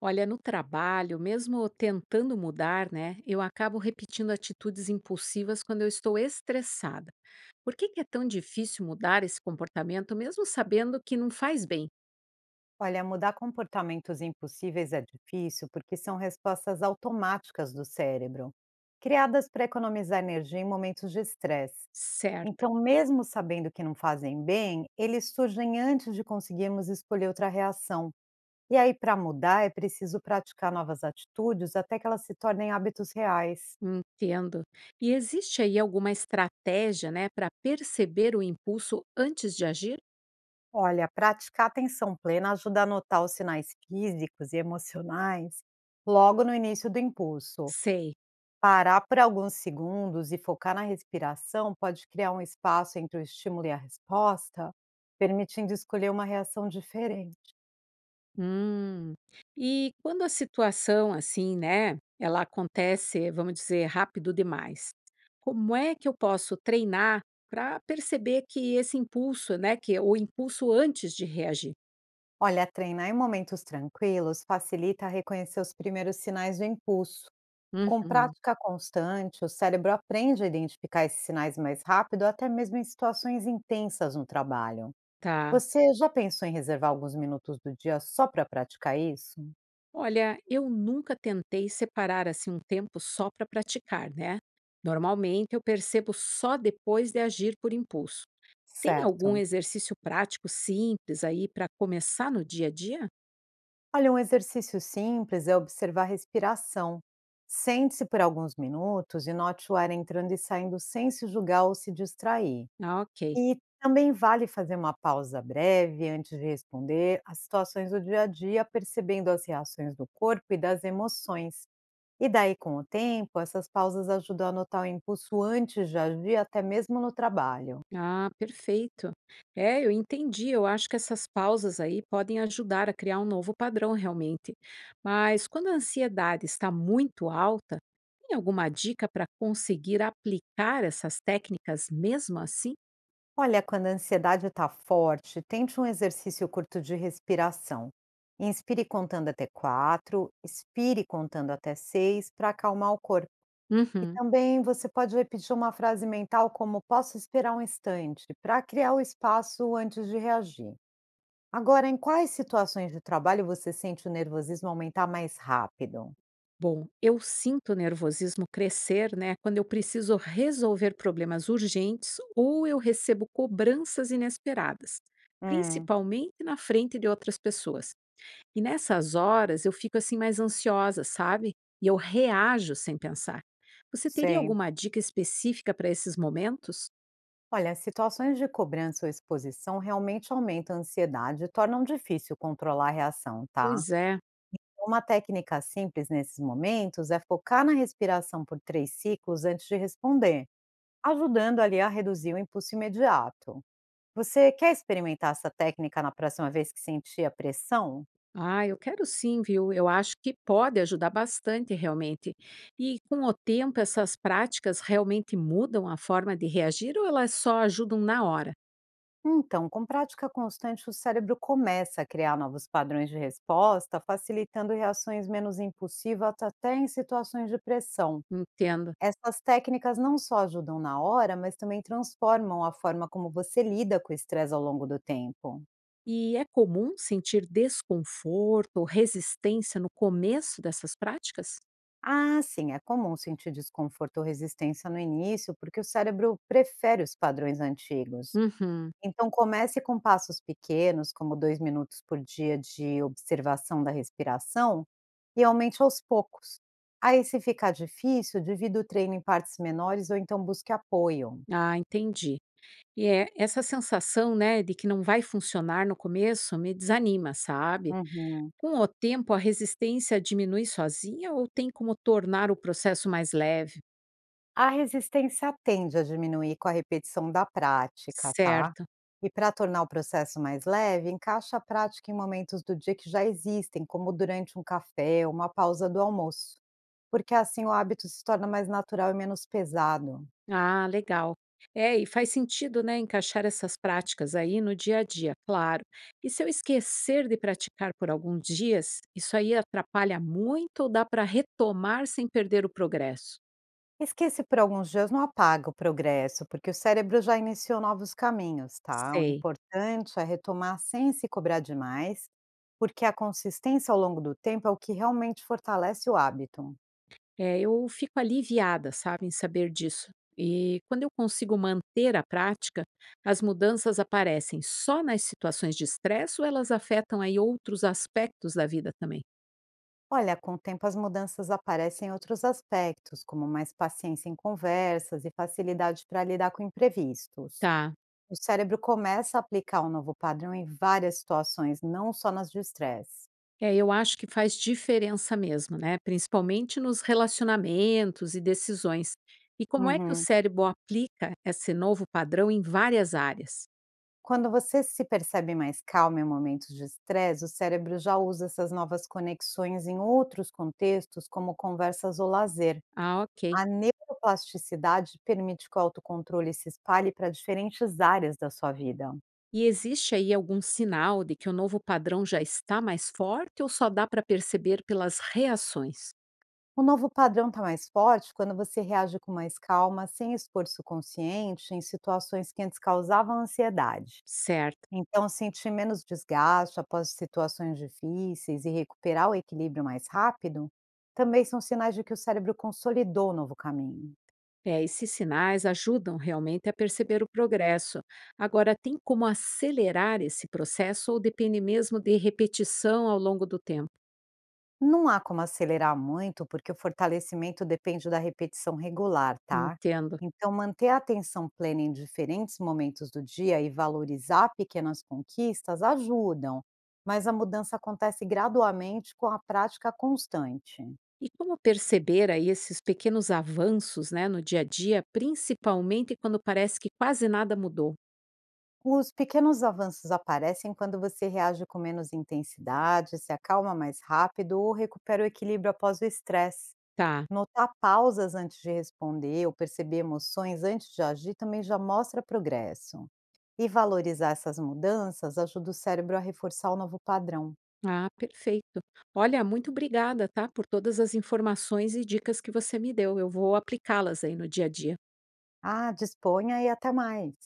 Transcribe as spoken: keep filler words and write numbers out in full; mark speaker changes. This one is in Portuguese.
Speaker 1: Olha, no trabalho, mesmo tentando mudar, né, eu acabo repetindo atitudes impulsivas quando eu estou estressada. Por que que é tão difícil mudar esse comportamento, mesmo sabendo que não faz bem?
Speaker 2: Olha, mudar comportamentos impossíveis é difícil porque são respostas automáticas do cérebro, criadas para economizar energia em momentos de estresse.
Speaker 1: Certo,
Speaker 2: Então, mesmo sabendo que não fazem bem, eles surgem antes de conseguirmos escolher outra reação. E aí, para mudar, é preciso praticar novas atitudes até que elas se tornem hábitos reais.
Speaker 1: entendo. E existe aí alguma estratégia, né, para perceber o impulso antes de agir?
Speaker 2: Olha, praticar atenção plena ajuda a notar os sinais físicos e emocionais logo no início do impulso.
Speaker 1: Sei.
Speaker 2: Parar por alguns segundos e focar na respiração pode criar um espaço entre o estímulo e a resposta, permitindo escolher uma reação diferente.
Speaker 1: Hum. E quando a situação assim, né, ela acontece, vamos dizer, rápido demais, como é que eu posso treinar para perceber que esse impulso, né, que é o impulso antes de reagir?
Speaker 2: Olha, treinar em momentos tranquilos facilita reconhecer os primeiros sinais do impulso. Com
Speaker 1: Uhum,
Speaker 2: prática constante, o cérebro aprende a identificar esses sinais mais rápido, até mesmo em situações intensas no trabalho.
Speaker 1: tá.
Speaker 2: Você já pensou em reservar alguns minutos do dia só para praticar isso?
Speaker 1: Olha, eu nunca tentei separar assim um tempo só para praticar, né? Normalmente eu percebo só depois de agir por impulso. Tem algum
Speaker 2: Certo.
Speaker 1: exercício prático simples aí para começar no dia a dia?
Speaker 2: Olha, um exercício simples é observar a respiração. Sente-se por alguns minutos e note o ar entrando e saindo sem se julgar ou se distrair.
Speaker 1: Ah, ok.
Speaker 2: E também vale fazer uma pausa breve antes de responder às situações do dia a dia, percebendo as reações do corpo e das emoções. E daí, com o tempo, essas pausas ajudam a notar o impulso antes de agir, até mesmo no trabalho.
Speaker 1: Ah, perfeito. É, eu entendi. Eu acho que essas pausas aí podem ajudar a criar um novo padrão realmente. Mas quando a ansiedade está muito alta, tem alguma dica para conseguir aplicar essas técnicas mesmo assim?
Speaker 2: Olha, quando a ansiedade está forte, tente um exercício curto de respiração. Inspire contando até quatro, expire contando até seis para acalmar o corpo. E
Speaker 1: Uhum.
Speaker 2: também você pode repetir uma frase mental como posso esperar um instante para criar o espaço antes de reagir. Agora, em quais situações de trabalho você sente o nervosismo aumentar mais rápido?
Speaker 1: Bom, eu sinto o nervosismo crescer, né, quando eu preciso resolver problemas urgentes ou eu recebo cobranças inesperadas,
Speaker 2: Hum,
Speaker 1: principalmente na frente de outras pessoas. E nessas horas eu fico assim mais ansiosa, sabe? E eu reajo sem pensar. Você teria
Speaker 2: sei.
Speaker 1: alguma dica específica para esses momentos?
Speaker 2: Olha, situações de cobrança ou exposição realmente aumentam a ansiedade e tornam difícil controlar a reação, tá?
Speaker 1: Pois é.
Speaker 2: Uma técnica simples nesses momentos é focar na respiração por três ciclos antes de responder, ajudando ali a reduzir o impulso imediato. Você quer experimentar essa técnica na próxima vez que sentir a pressão?
Speaker 1: Ah, eu quero sim, viu? Eu acho que pode ajudar bastante realmente. E com o tempo, essas práticas realmente mudam a forma de reagir ou elas só ajudam na hora?
Speaker 2: Então, com prática constante, o cérebro começa a criar novos padrões de resposta, facilitando reações menos impulsivas até em situações de pressão.
Speaker 1: Entendo.
Speaker 2: Essas técnicas não só ajudam na hora, mas também transformam a forma como você lida com o estresse ao longo do tempo.
Speaker 1: E é comum sentir desconforto ou resistência no começo dessas práticas?
Speaker 2: Ah, sim, é comum sentir desconforto ou resistência no início, porque o cérebro prefere os padrões antigos.
Speaker 1: Uhum.
Speaker 2: Então, comece com passos pequenos, como dois minutos por dia de observação da respiração, e aumente aos poucos. Aí, se ficar difícil, divida o treino em partes menores ou então busque apoio.
Speaker 1: Ah, entendi. E é essa sensação, né, de que não vai funcionar no começo me desanima, sabe?
Speaker 2: Uhum.
Speaker 1: Com o tempo, a resistência diminui sozinha ou tem como tornar o processo mais leve?
Speaker 2: A resistência tende a diminuir com a repetição da prática, tá?
Speaker 1: Certo.
Speaker 2: E para tornar o processo mais leve, encaixa a prática em momentos do dia que já existem, como durante um café ou uma pausa do almoço, porque assim o hábito se torna mais natural e menos pesado.
Speaker 1: Ah, legal. É, e faz sentido, né, encaixar essas práticas aí no dia a dia, claro. E se eu esquecer de praticar por alguns dias, isso aí atrapalha muito ou dá para retomar sem perder o progresso?
Speaker 2: Esquece por alguns dias não apaga o progresso, porque o cérebro já iniciou novos caminhos, tá? O
Speaker 1: Sei.
Speaker 2: importante é retomar sem se cobrar demais, porque a consistência ao longo do tempo é o que realmente fortalece o hábito.
Speaker 1: É, eu fico aliviada, sabe, em saber disso. E quando eu consigo manter a prática, as mudanças aparecem só nas situações de estresse ou elas afetam aí outros aspectos da vida também?
Speaker 2: Olha, com o tempo as mudanças aparecem em outros aspectos, como mais paciência em conversas e facilidade para lidar com imprevistos.
Speaker 1: Tá.
Speaker 2: O cérebro começa a aplicar o novo padrão em várias situações, não só nas de estresse.
Speaker 1: É, eu acho que faz diferença mesmo, né? Principalmente nos relacionamentos e decisões. E como é que o
Speaker 2: Uhum.
Speaker 1: cérebro aplica esse novo padrão em várias áreas?
Speaker 2: Quando você se percebe mais calmo em momentos de estresse, o cérebro já usa essas novas conexões em outros contextos, como conversas ou lazer.
Speaker 1: Ah, ok.
Speaker 2: A neuroplasticidade permite que o autocontrole se espalhe para diferentes áreas da sua vida.
Speaker 1: E existe aí algum sinal de que o novo padrão já está mais forte ou só dá para perceber pelas reações?
Speaker 2: O novo padrão está mais forte quando você reage com mais calma, sem esforço consciente, em situações que antes causavam ansiedade.
Speaker 1: Certo.
Speaker 2: Então, sentir menos desgaste após situações difíceis e recuperar o equilíbrio mais rápido também são sinais de que o cérebro consolidou o novo caminho.
Speaker 1: É, esses sinais ajudam realmente a perceber o progresso. Agora, tem como acelerar esse processo ou depende mesmo de repetição ao longo do tempo?
Speaker 2: Não há como acelerar muito, porque o fortalecimento depende da repetição regular, tá?
Speaker 1: Entendo.
Speaker 2: Então, manter a atenção plena em diferentes momentos do dia e valorizar pequenas conquistas ajudam, mas a mudança acontece gradualmente com a prática constante.
Speaker 1: E como perceber aí esses pequenos avanços, né, no dia a dia, principalmente quando parece que quase nada mudou?
Speaker 2: Os pequenos avanços aparecem quando você reage com menos intensidade, se acalma mais rápido ou recupera o equilíbrio após o estresse.
Speaker 1: Tá.
Speaker 2: Notar pausas antes de responder ou perceber emoções antes de agir também já mostra progresso. E valorizar essas mudanças ajuda o cérebro a reforçar o novo padrão.
Speaker 1: Ah, perfeito. Olha, muito obrigada, tá, por todas as informações e dicas que você me deu. Eu vou aplicá-las aí no dia a dia.
Speaker 2: Ah, disponha e até mais!